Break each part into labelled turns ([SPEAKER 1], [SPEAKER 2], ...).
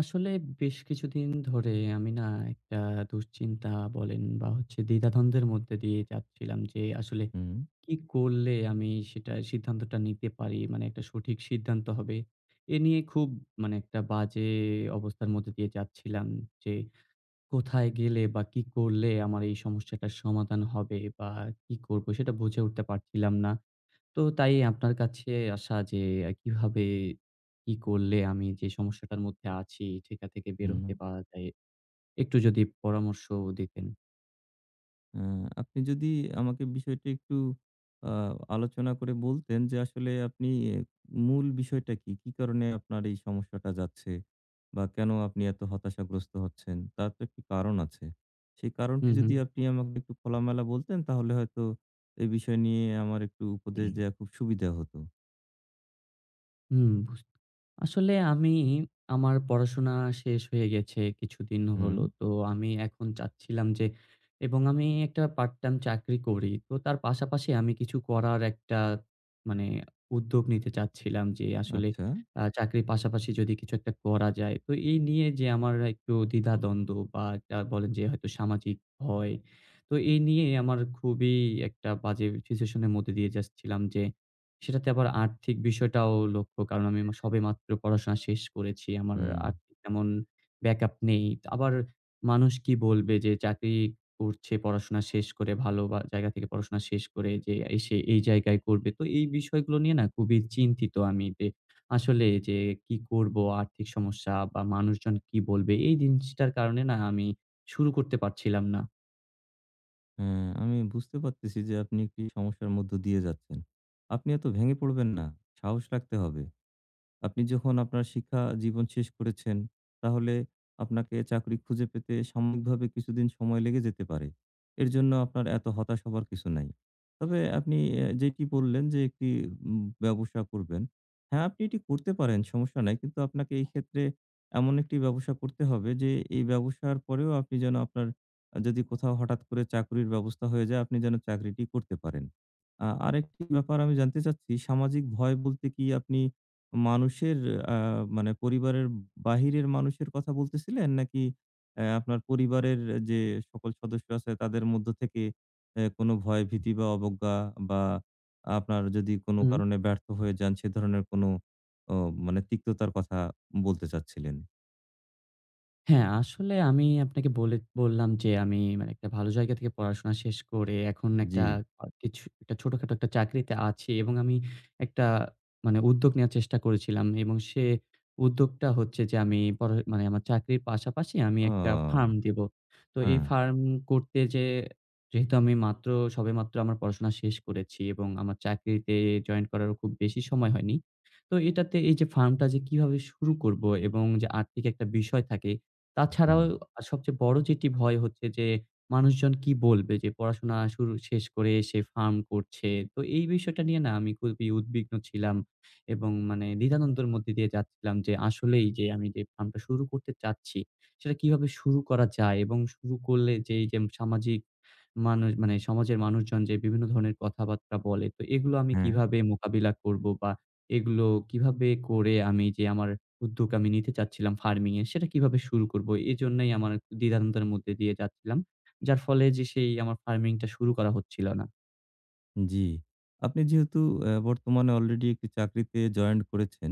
[SPEAKER 1] আসলে, বেশ কিছুদিন ধরে আমি না একটা দুশ্চিন্তা বলেন বা হচ্ছে দ্বিধাদ্বন্দ্বের মধ্যে দিয়ে যাচ্ছিলাম যে আসলে
[SPEAKER 2] হুম,
[SPEAKER 1] কি করলে আমি সেটা সিদ্ধান্তটা নিতে পারি, মানে একটা সঠিক সিদ্ধান্ত হবে। এ নিয়ে খুব, মানে, একটা বাজে অবস্থার মধ্যে দিয়ে যাচ্ছিলাম যে কোথায় গেলে বা কি করলে আমার এই সমস্যাটার সমাধান হবে, বা কি করব, সেটা বুঝে উঠতে পারছিলাম না। তো তাই আপনার কাছে আসা যে, কিভাবে, কি করলে আমি যে সমস্যাটার মধ্যে আছি সেটা থেকে বের
[SPEAKER 2] হুম।
[SPEAKER 1] হতে পারা যায়? একটু যদি পরামর্শ দিতেন।
[SPEAKER 2] আ আপনি যদি আমাকে বিষয়টি একটু আ আলোচনা করে বলতেন যে আসলে আপনি আহ, মূল বিষয়টা কি? কি কারণে আপনার এই সমস্যাটা যাচ্ছে? বা কেন আপনি এত হতাশাগ্রস্ত হচ্ছেন? তার তো একটি কারণ আছে। সেই
[SPEAKER 1] হু,
[SPEAKER 2] কারণটি
[SPEAKER 1] হু,
[SPEAKER 2] যদি আপনি আমাকে একটু খোলামেলা বলতেন তাহলে হয়তো এই বিষয় নিয়ে আমার একটু উপদেশ দেয়া খুব সুবিধা হতো।
[SPEAKER 1] হুম, বুঝতে। আসলে, আমি আমার পড়াশোনা শেষ হয়ে গেছে কিছুদিন
[SPEAKER 2] হুম।
[SPEAKER 1] হলো। তো আমি এখন চাচ্ছিলাম যে, এবং আমি একটা পার্ট টাইম চাকরি করি। তো তার পাশাপাশি আমি কিছু করার একটা, মানে, উদ্যোগ নিতে চাচ্ছিলাম যে আসলে
[SPEAKER 2] আচ্ছা।
[SPEAKER 1] চাকরির পাশাপাশি যদি কিছু একটা করা যায়। তো এই নিয়ে যে আমার একটু দ্বিধাদ্বন্দ্ব, বা একটা বলেন যে হয়তো সামাজিক ভয়। তো এই নিয়ে আমার খুবই একটা বাজে সিচুয়েশন এর মধ্যে দিয়ে যাচ্ছিলাম যে সেটাতে আবার আর্থিক বিষয়টাও লক্ষ্য। কারণ আমি সবেমাত্র পড়াশোনা শেষ করেছি। আমার
[SPEAKER 2] হুম,
[SPEAKER 1] আর্থিক তেমন ব্যাকআপ নেই। আবার, মানুষ কি বলবে যে চাকরি করছে পড়াশোনা শেষ করে, ভালো বা জায়গা থেকে পড়াশোনা শেষ করে যে এসে এই জায়গায় করবে। তো এই বিষয়গুলো নিয়ে না খুবই চিন্তিত আমি যে আসলে যে কি করব? আর্থিক সমস্যা বা মানুষজন কি বলবে? এই জিনিসটার কারণে না আমি শুরু করতে পারছিলাম না।
[SPEAKER 2] হ্যাঁ, আমি বুঝতে পারতেছি যে আপনি একটি সমস্যার মধ্য দিয়ে যাচ্ছেন। আপনি এত ভেঙে পড়বেন না। সাহস রাখতে হবে। আপনি যখন আপনার শিক্ষা জীবন শেষ করেছেন, তাহলে আপনাকে চাকরি খুঁজে পেতে সাময়িকভাবে কিছুদিন সময় লেগে যেতে পারে। এর জন্য আপনার এত হতাশ হবার কিছু নাই। তবে আপনি যেটি বললেন যে একটি ব্যবসা করবেন। হ্যাঁ, আপনি এটি করতে পারেন, সমস্যা নাই। কিন্তু আপনাকে এই ক্ষেত্রে এমন একটি ব্যবসা করতে হবে যে এই ব্যবসার পরেও আপনি যেন আপনার যদি কোথাও হঠাৎ করে চাকরির ব্যবস্থা হয়ে যায়, আপনি যেন চাকরিটি করতে পারেন। আরেকটি ব্যাপার আমি জানতে চাচ্ছি, সামাজিক ভয় বলতে কি আপনি মানুষের আ মানে পরিবারের বাহিরের মানুষের কথা বলতেছিলেন? নাকি আপনার পরিবারের যে সকল সদস্য আছে তাদের মধ্য থেকে কোনো ভয়, ভীতি বা অবজ্ঞা বা আপনার যদি কোনো
[SPEAKER 1] হুম।
[SPEAKER 2] কারণে ব্যর্থ হয়ে যান সে ধরনের কোনো ও মানে তিক্ততার কথা বলতে চাচ্ছিলেন?
[SPEAKER 1] হ্যাঁ, আসলে আমি আপনাকে বলে বললাম যে আমি, মানে, একটা ভালো জায়গা থেকে পড়াশোনা শেষ করে এখন একটা
[SPEAKER 2] জি।
[SPEAKER 1] কিছু একটা ছোটখাটো একটা চাকরিতে আছি, এবং আমি একটা, মানে, উদ্যোগ নেয়ার চেষ্টা করেছিলাম এবং সে উদ্যোগটা হচ্ছে যে আমি মানে আমার চাকরির পাশাপাশি আমি একটা ফার্ম
[SPEAKER 2] ও!
[SPEAKER 1] দিব। তো এই
[SPEAKER 2] হ্যাঁ,
[SPEAKER 1] ফার্ম করতে যে, যেহেতু আমি সবেমাত্র আমার পড়াশোনা শেষ করেছি এবং আমার চাকরিতে জয়েন করারও খুব বেশি সময় হয়নি। তো এটাতে এই যে ফার্মটা যে কিভাবে শুরু করব এবং যে আর্থিক একটা বিষয় থাকে, তাছাড়াও
[SPEAKER 2] হুম,
[SPEAKER 1] সবচেয়ে বড় যেটি ভয় হচ্ছে যে, মানুষজন কি বলবে? যে পড়াশোনা শেষ করে এসে ফার্ম করছে। তো এই বিষয়টা নিয়ে না আমি খুবই উদ্বিগ্ন ছিলাম এবং, মানে, দ্বিধাদ্বন্দ্বের মধ্যে দিয়ে যাচ্ছিলাম যে আসলেই যে আমি যে ফার্মটা শুরু করতে চাচ্ছি, সেটা কিভাবে শুরু করা যায়? এবং শুরু করলে যে, এই যে সামাজিক মানুষ, মানে সমাজের মানুষজন যে বিভিন্ন ধরনের কথাবার্তা বলে, তো এগুলো আমি
[SPEAKER 2] হ্যাঁ।
[SPEAKER 1] কিভাবে মোকাবিলা করব? বা এগুলো কিভাবে করে আমি যে আমার উদ্যোগ আমি নিতে চাচ্ছিলাম ফার্মিং এর, সেটা কিভাবে শুরু করব? এজন্যই আমার দ্বিধাদ্বন্দ্বের মধ্যে দিয়ে যাচ্ছিলাম। যার ফলে যে সেই আমার ফার্মিং টা শুরু করা হচ্ছিল না।
[SPEAKER 2] জি। আপনি যেহেতু বর্তমানে অলরেডি একটি চাকরিতে জয়েন্ট করেছেন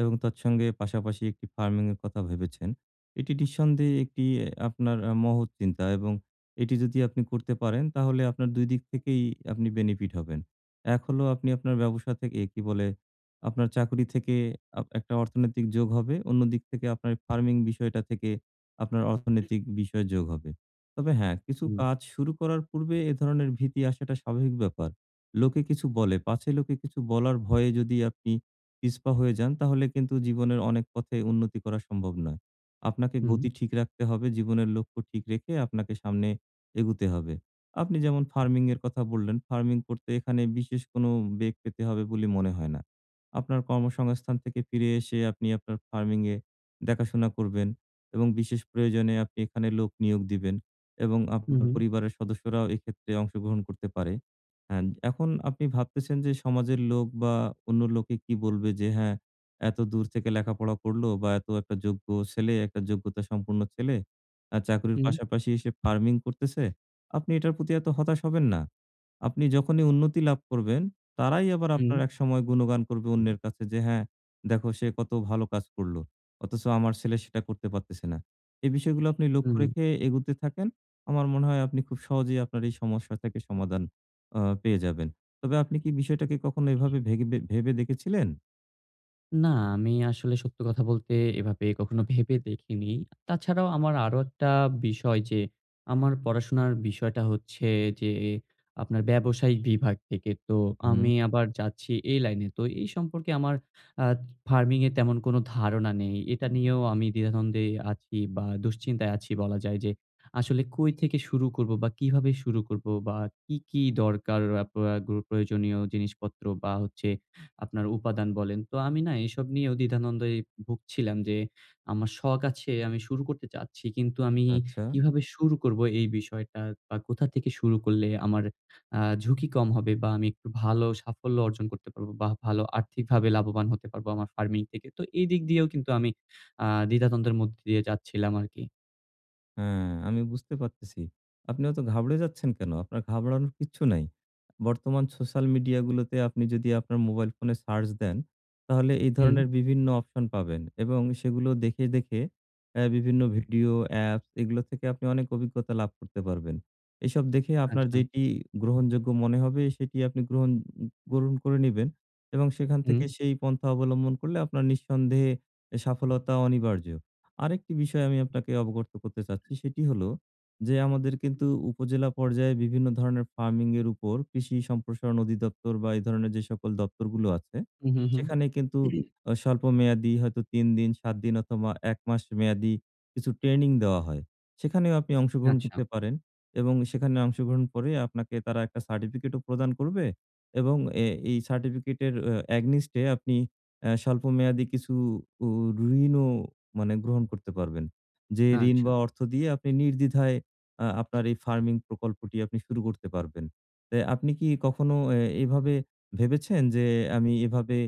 [SPEAKER 2] এবং তৎসঙ্গে পাশাপাশি একটি ফার্মিং এর কথা ভেবেছেন। এটি নিঃসন্দেহে একটি আপনার মহৎ চিন্তা এবং এটি যদি আপনি করতে পারেন তাহলে আপনার ২ দিক থেকেই আপনি বেনিফিট হবেন। এক হলো আপনি আপনার ব্যবসা থেকে কি বলে আপনার চাকরি থেকে একটা অর্থনৈতিক যোগ হবে। অন্য দিক থেকে আপনার ফার্মিং বিষয়টা থেকে আপনার অর্থনৈতিক বিষয় যোগ হবে। তবে হ্যাঁ, কিছু
[SPEAKER 1] হুম,
[SPEAKER 2] কাজ শুরু করার পূর্বে এ ধরনের ভীতি আসাটা স্বাভাবিক ব্যাপার। লোকে কিছু বলে, পাছে লোকে কিছু বলার ভয়ে যদি আপনি পিছপা হয়ে যান, তাহলে কিন্তু জীবনের অনেক পথে উন্নতি করা সম্ভব নয়। আপনাকে
[SPEAKER 1] হুম,
[SPEAKER 2] গতি ঠিক রাখতে হবে, জীবনের লক্ষ্য ঠিক রেখে আপনাকে সামনে এগুতে হবে। আপনি যেমন ফার্মিং এর কথা বললেন, ফার্মিং করতে এখানে বিশেষ কোনো বেগ পেতে হবে বলে মনে হয় না। আপনার কর্মসংস্থান থেকে ফিরে এসে আপনি আপনার ফার্মিং এ দেখাশোনা করবেন এবং বিশেষ প্রয়োজনে আপনি এখানে লোক নিয়োগ দিবেন এবং
[SPEAKER 1] হু,
[SPEAKER 2] আপনার
[SPEAKER 1] হু,
[SPEAKER 2] পরিবারের সদস্যরাও এক্ষেত্রে অংশগ্রহণ করতে পারে। হ্যাঁ, এখন আপনি ভাবতেছেন যে সমাজের লোক বা অন্য লোকে কি বলবে যে হ্যাঁ, এত দূর থেকে লেখাপড়া করলো বা এত একটা যোগ্য ছেলে, একটা যোগ্যতা সম্পন্ন ছেলে চাকরির
[SPEAKER 1] হু,
[SPEAKER 2] পাশাপাশি এসে ফার্মিং করতেছে। আপনি এটার প্রতি এত হতাশ হবেন না। আপনি যখনই উন্নতি লাভ করবেন, তারাই আবার
[SPEAKER 1] হু,
[SPEAKER 2] আপনার একসময় গুণগান করবে অন্যের কাছে যে হ্যাঁ, দেখো সে কত ভালো কাজ করলো। অথচ আমার ছেলে সেটা করতে পারতেছে না। এই বিষয়গুলো আপনি
[SPEAKER 1] হু।
[SPEAKER 2] লক্ষ্য রেখে এগুতে থাকেন। আমার মনে হয় আপনি খুব সহজেই আপনার এই সমস্যা থেকে সমাধান পেয়ে যাবেন। তবে আপনি কি বিষয়টাকে কখনো এভাবে ভেবে দেখেছিলেন?
[SPEAKER 1] না, আমি আসলে সত্য কথা বলতে এভাবে কখনো ভেবে দেখিনি। তাছাড়াও আমার আরো একটা বিষয় যে, আমার পড়াশোনার বিষয়টা হচ্ছে যে আপনার ব্যবসায়িক বিভাগ থেকে। তো
[SPEAKER 2] হুম।
[SPEAKER 1] আমি আবার যাচ্ছি এই লাইনে। তো এই সম্পর্কে আমার, আ ফার্মিং এ তেমন কোনো ধারণা নেই। এটা নিয়েও আমি দ্বিধাদ্বন্দ্বে আছি, বা দুশ্চিন্তায় আছি বলা যায় যে, আসলে কই থেকে শুরু করব বা কিভাবে শুরু করব বা কি, কি দরকার, প্রয়োজনীয় জিনিসপত্র, বা হচ্ছে আপনার উপাদান বলেন। তো আমি না এসব নিয়েও দ্বিধাদ্বন্দ্বে ভুগছিলাম যে, আমার শখ আছে, আমি শুরু করতে চাচ্ছি। কিন্তু আমি
[SPEAKER 2] আচ্ছা।
[SPEAKER 1] কিভাবে শুরু করব এই বিষয়টা, বা কোথা থেকে শুরু করলে আমার ঝুঁকি কম হবে, বা আমি একটু ভালো সাফল্য অর্জন করতে পারব বা ভালো আর্থিকভাবে লাভবান হতে পারব আমার ফার্মিং থেকে। তো এই দিক দিয়েও কিন্তু আমি দ্বিধাদ্বন্দ্বের মধ্যে দিয়ে যাচ্ছিলাম আরকি।
[SPEAKER 2] হ্যাঁ, আমি বুঝতে পারতেছি। আপনি অত ঘাবড়ে যাচ্ছেন কেন? আপনার ঘাবড়ানোর কিচ্ছু নাই। বর্তমান সোশ্যাল মিডিয়াগুলোতে আপনি যদি আপনার মোবাইল ফোনে সার্চ দেন, তাহলে এই
[SPEAKER 1] হুম,
[SPEAKER 2] ধরনের বিভিন্ন অপশন পাবেন এবং সেগুলো দেখে, দেখে বিভিন্ন ভিডিও, অ্যাপস এগুলো থেকে আপনি অনেক অভিজ্ঞতা লাভ করতে পারবেন। এসব দেখে আপনার
[SPEAKER 1] আচ্ছা।
[SPEAKER 2] যেটি গ্রহণযোগ্য মনে হবে সেটি আপনি গ্রহণ গ্রহণ করে নিবেন এবং সেখান
[SPEAKER 1] হুম,
[SPEAKER 2] থেকে সেই পন্থা অবলম্বন করলে আপনার নিঃসন্দেহে সফলতা অনিবার্য। আরেকটি বিষয় আমি আপনাকে অবগত করতে চাচ্ছি সেটি হলো যে আমাদের কিন্তু উপজেলা পর্যায়ে বিভিন্ন ধরনের ফার্মিং এর উপর কৃষি সম্প্রসারণ অধিদপ্তর বা এই ধরনের যে সকল দপ্তরগুলো আছে
[SPEAKER 1] হু, হু, হু।
[SPEAKER 2] সেখানে কিন্তু স্বল্প মেয়াদি হয়তো ৩ দিন ৭ দিন অথবা ১ মাস মেয়াদি কিছু ট্রেনিং দেওয়া হয় সেখানেও আপনি অংশগ্রহণ
[SPEAKER 1] আচ্ছা,
[SPEAKER 2] করতে পারেন এবং সেখানে অংশগ্রহণ করে আপনাকে তারা একটা সার্টিফিকেটও প্রদান করবে এবং এই সার্টিফিকেটের অ্যাগনিস্টে আপনি স্বল্প মেয়াদি কিছু ঋণও মানে গ্রহণ করতে পারবেন। যে ঋণ
[SPEAKER 1] আচ্ছা।
[SPEAKER 2] বা অর্থ দিয়ে আপনি নির্দ্বিধায় আপনার এই ফার্মিং প্রকল্পটি আপনি শুরু করতে পারবেন। তো আপনি কি কখনো এভাবে ভেবেছেন যে আমি এভাবে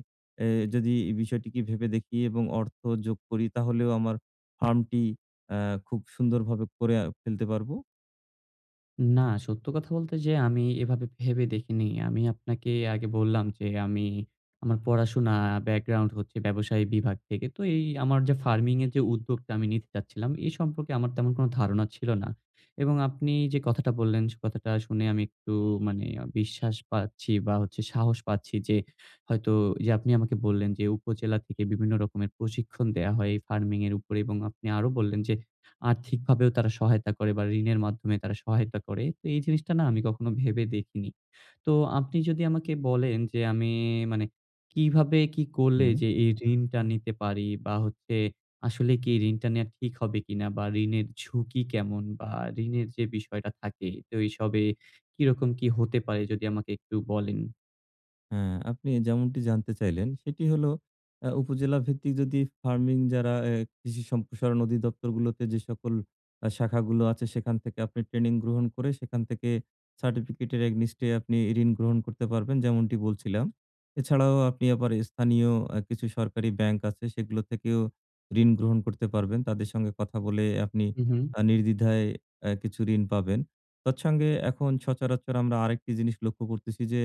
[SPEAKER 2] এ যদি এই বিষয়টিকে ভেবে দেখি এবং অর্থ যোগ করি তাহলেও আমার ফার্মটি আ খুব সুন্দরভাবে করে ফেলতে পারবো?
[SPEAKER 1] না, সত্য কথা বলতে যে আমি এভাবে ভেবে দেখিনি। আমি আপনাকে আগে বললাম যে আমি, আমার পড়াশোনা ব্যাকগ্রাউন্ড হচ্ছে ব্যবসায়ী বিভাগ থেকে। তো এই আমার যে ফার্মিং এর যে উদ্যোগটা আমি নিতে চাচ্ছিলাম, এ সম্পর্কে আমার তেমন কোনো ধারণা ছিল না। এবং আপনি যে কথাটা বললেন, সে কথাটা শুনে আমি একটু, মানে, বিশ্বাস পাচ্ছি, বা হচ্ছে সাহস পাচ্ছি যে হয়তো, যে আপনি আমাকে বললেন যে উপজেলা থেকে বিভিন্ন রকমের প্রশিক্ষণ দেয়া হয় এই ফার্মিং এর উপরে, এবং আপনি আরো বললেন যে আর্থিকভাবেও তারা সহায়তা করে, বা ঋণের মাধ্যমে তারা সহায়তা করে। তো এই জিনিসটা না আমি কখনো ভেবে দেখিনি। তো আপনি যদি আমাকে বলেন যে আমি, মানে, কিভাবে কি করলে
[SPEAKER 2] হুম।
[SPEAKER 1] যে এই ঋণটা নিতে পারি, বা হচ্ছে আসলে কি ঋণটা নেয়া ঠিক হবে কিনা, বা ঋণের ঝুঁকি কেমন, বা ঋণের যে বিষয়টা থাকে তো এসবে কিরকম কি হতে পারে, যদি আমাকে একটু বলেন?
[SPEAKER 2] হ্যাঁ, আপনি যেমনটি জানতে চাইলেন সেটি হলো উপজেলা ভিত্তিক যদি ফার্মিং যারা কৃষি সম্প্রসারণ অধিদপ্তরগুলোতে যে সকল শাখাগুলো আছে সেখান থেকে আপনি ট্রেনিং গ্রহণ করে সেখান থেকে সার্টিফিকেটের এগনিস্টে আপনি ঋণ গ্রহণ করতে পারবেন যেমনটি বলছিলাম। এছাড়াও আপনি আবার স্থানীয় কিছু সরকারি ব্যাংক আছে সেগুলো থেকেও ঋণ গ্রহণ করতে পারবেন। তাদের সঙ্গে কথা বলে আপনি
[SPEAKER 1] হু, হু,
[SPEAKER 2] নির্দ্বিধায় কিছু ঋণ পাবেন। তৎসঙ্গে এখন সচরাচর আমরা আরেকটি জিনিস লক্ষ্য করতেছি যে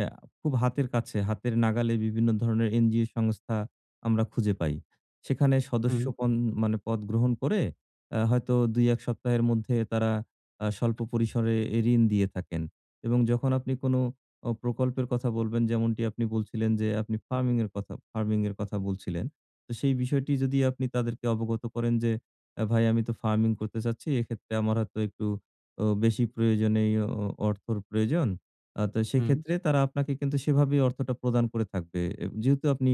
[SPEAKER 2] এ খুব হাতের কাছে, হাতের নাগালে বিভিন্ন ধরনের এনজিও সংস্থা আমরা খুঁজে পাই। সেখানে
[SPEAKER 1] হুম,
[SPEAKER 2] মানে পদ গ্রহণ করে হয়তো ২-১ সপ্তাহের মধ্যে তারা স্বল্প পরিসরে ঋণ দিয়ে থাকেন এবং যখন আপনি কোনো প্রকল্পের কথা বলবেন, যেমনটি আপনি বলছিলেন যে আপনি ফার্মিং এর কথা বলছিলেন। তো সেই বিষয়টি যদি আপনি তাদেরকে অবগত করেন যে, ভাই আমি তো ফার্মিং করতে চাচ্ছি। এক্ষেত্রে আমার হয়তো একটু বেশি প্রয়োজনীয় অর্থর প্রয়োজন।" তো
[SPEAKER 1] হুম,
[SPEAKER 2] সেক্ষেত্রে তারা আপনাকে কিন্তু সেভাবেই অর্থটা প্রদান করে থাকবে। যেহেতু আপনি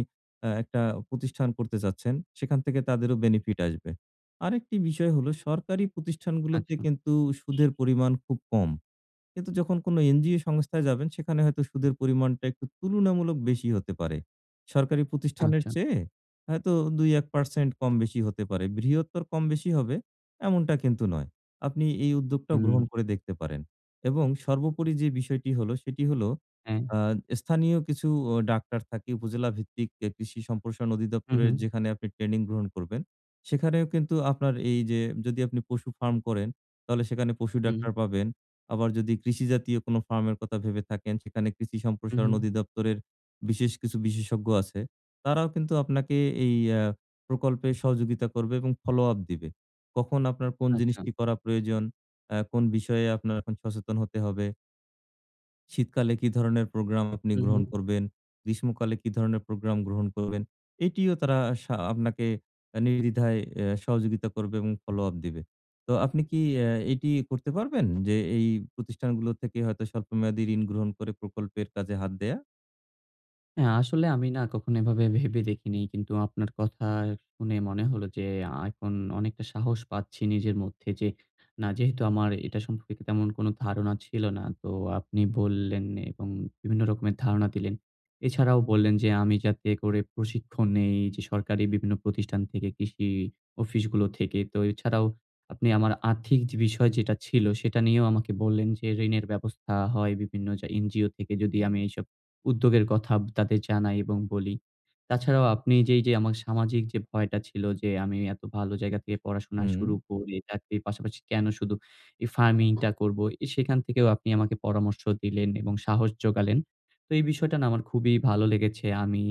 [SPEAKER 2] একটা প্রতিষ্ঠান করতে চাচ্ছেন, সেখান থেকে তাদেরও বেনিফিট আসবে। আরেকটি বিষয় হলো সরকারি প্রতিষ্ঠানগুলোতে
[SPEAKER 1] আচ্ছা,
[SPEAKER 2] কিন্তু সুদের পরিমাণ খুব কম। কিন্তু যখন কোনো এনজিও সংস্থায় যাবেন সেখানে হয়তো সুদের পরিমাণটা একটু তুলনামূলক বেশি হতে পারে। সরকারি প্রতিষ্ঠানের
[SPEAKER 1] আচ্ছা,
[SPEAKER 2] চেয়ে হয়তো ২-১% কম বেশি হতে পারে। বৃহত্তর কম বেশি হবে এমনটা কিন্তু নয়। আপনি এই উদ্যোগটাও
[SPEAKER 1] হুম,
[SPEAKER 2] গ্রহণ করে দেখতে পারেন। এবং সর্বোপরি যে বিষয়টি হলো সেটি হলো
[SPEAKER 1] হ্যাঁ,
[SPEAKER 2] আ স্থানীয় কিছু ডাক্তার থাকে উপজেলা ভিত্তিক কৃষি সম্প্রসারণ
[SPEAKER 1] হু, হু,
[SPEAKER 2] অধিদপ্তরের যেখানে আপনি ট্রেনিং গ্রহণ করবেন। সেখানেও কিন্তু আপনার এই যে যদি আপনি পশু ফার্ম করেন তাহলে সেখানে পশু
[SPEAKER 1] হুম,
[SPEAKER 2] ডাক্তার পাবেন। আবার যদি কৃষি জাতীয় কোনো ফার্মের কথা ভেবে থাকেন, সেখানে কৃষি
[SPEAKER 1] হু, হু,
[SPEAKER 2] সম্প্রসারণ অধিদপ্তরের বিশেষ কিছু বিশেষজ্ঞ আছে। তারাও কিন্তু আপনাকে এই প্রকল্পে সহযোগিতা করবে এবং follow-up দিবে। কখন আপনার কোন
[SPEAKER 1] আচ্ছা,
[SPEAKER 2] জিনিসটি করা প্রয়োজন, কোন বিষয়ে আপনার এখন সচেতন হতে হবে। শীতকালে কি ধরনের প্রোগ্রাম আপনি
[SPEAKER 1] হু, হু।
[SPEAKER 2] গ্রহণ করবেন, গ্রীষ্মকালে কি ধরনের প্রোগ্রাম গ্রহণ করবেন, এটিও তারা আপনাকে নির্দ্বিধায় সহযোগিতা করবে এবং follow-up দিবে। তো আপনি কি এটি করতে পারবেন? যে এই প্রতিষ্ঠানগুলো থেকে হয়তো স্বল্পমেয়াদী ঋণ গ্রহণ করে প্রকল্পের কাজে হাত দেয়া?
[SPEAKER 1] হ্যাঁ, আসলে আমি না কখনো এভাবে ভেবে দেখিনি। কিন্তু আপনার কথা শুনে মনে হলো যে, এখন অনেকটা সাহস পাচ্ছি নিজের মধ্যে যে, না, যেহেতু আমার এটা সম্পর্কে তেমন কোনো ধারণা ছিল না। তো আপনি বললেন এবং বিভিন্ন রকমের ধারণা দিলেন। এছাড়াও বললেন যে আমি যাতে করে প্রশিক্ষণ নেই যে সরকারি বিভিন্ন প্রতিষ্ঠান থেকে, কৃষি অফিসগুলো থেকে। তো এছাড়াও আপনি আমার আর্থিক যে বিষয় যেটা ছিল সেটা নিয়েও আমাকে বললেন যে ঋণের ব্যবস্থা হয় বিভিন্ন যা এনজিও থেকে, যদি আমি এইসব উদ্যোগের কথা তাদের জানাই এবং বলি। তাছাড়াও আপনি যে আমার সামাজিক যে ভয়টা ছিল, যে আমি এত ভালো জায়গা থেকে পড়াশোনা
[SPEAKER 2] হুম,
[SPEAKER 1] শুরু করে চাকরির পাশাপাশি কেন শুধু এই ফার্মিংটা করব? এ সেখান থেকেও আপনি আমাকে পরামর্শ দিলেন এবং সাহস জোগালেন। তো এই বিষয়টা না আমার খুবই ভালো লেগেছে। আমি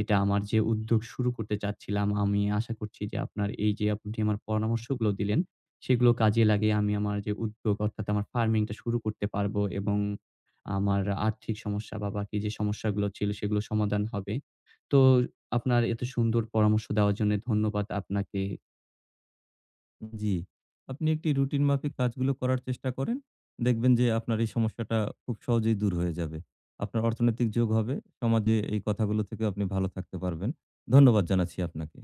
[SPEAKER 1] এটা, আমার যে উদ্যোগ শুরু করতে চাচ্ছিলাম, আমি আশা করছি যে আপনার এই যে, আপনি আমার পরামর্শগুলো দিলেন, সেগুলো কাজে লাগিয়ে আমি আমার যে উদ্যোগ, অর্থাৎ আমার ফার্মিংটা শুরু করতে পারব এবং আমার আর্থিক সমস্যা বা বাকি যে সমস্যাগুলো ছিল সেগুলো সমাধান হবে। তো আপনার এত সুন্দর পরামর্শ দেওয়ার জন্য ধন্যবাদ আপনাকে।
[SPEAKER 2] জি। আপনি একটি রুটিন মাফিক কাজগুলো করার চেষ্টা করেন। দেখবেন যে আপনার এই সমস্যাটা খুব সহজেই দূর হয়ে যাবে। আপনার অর্থনৈতিক যোগ হবে। সমাজে এই কথাগুলো থেকে আপনি ভালো থাকতে পারবেন। ধন্যবাদ জানাচ্ছি আপনাকে।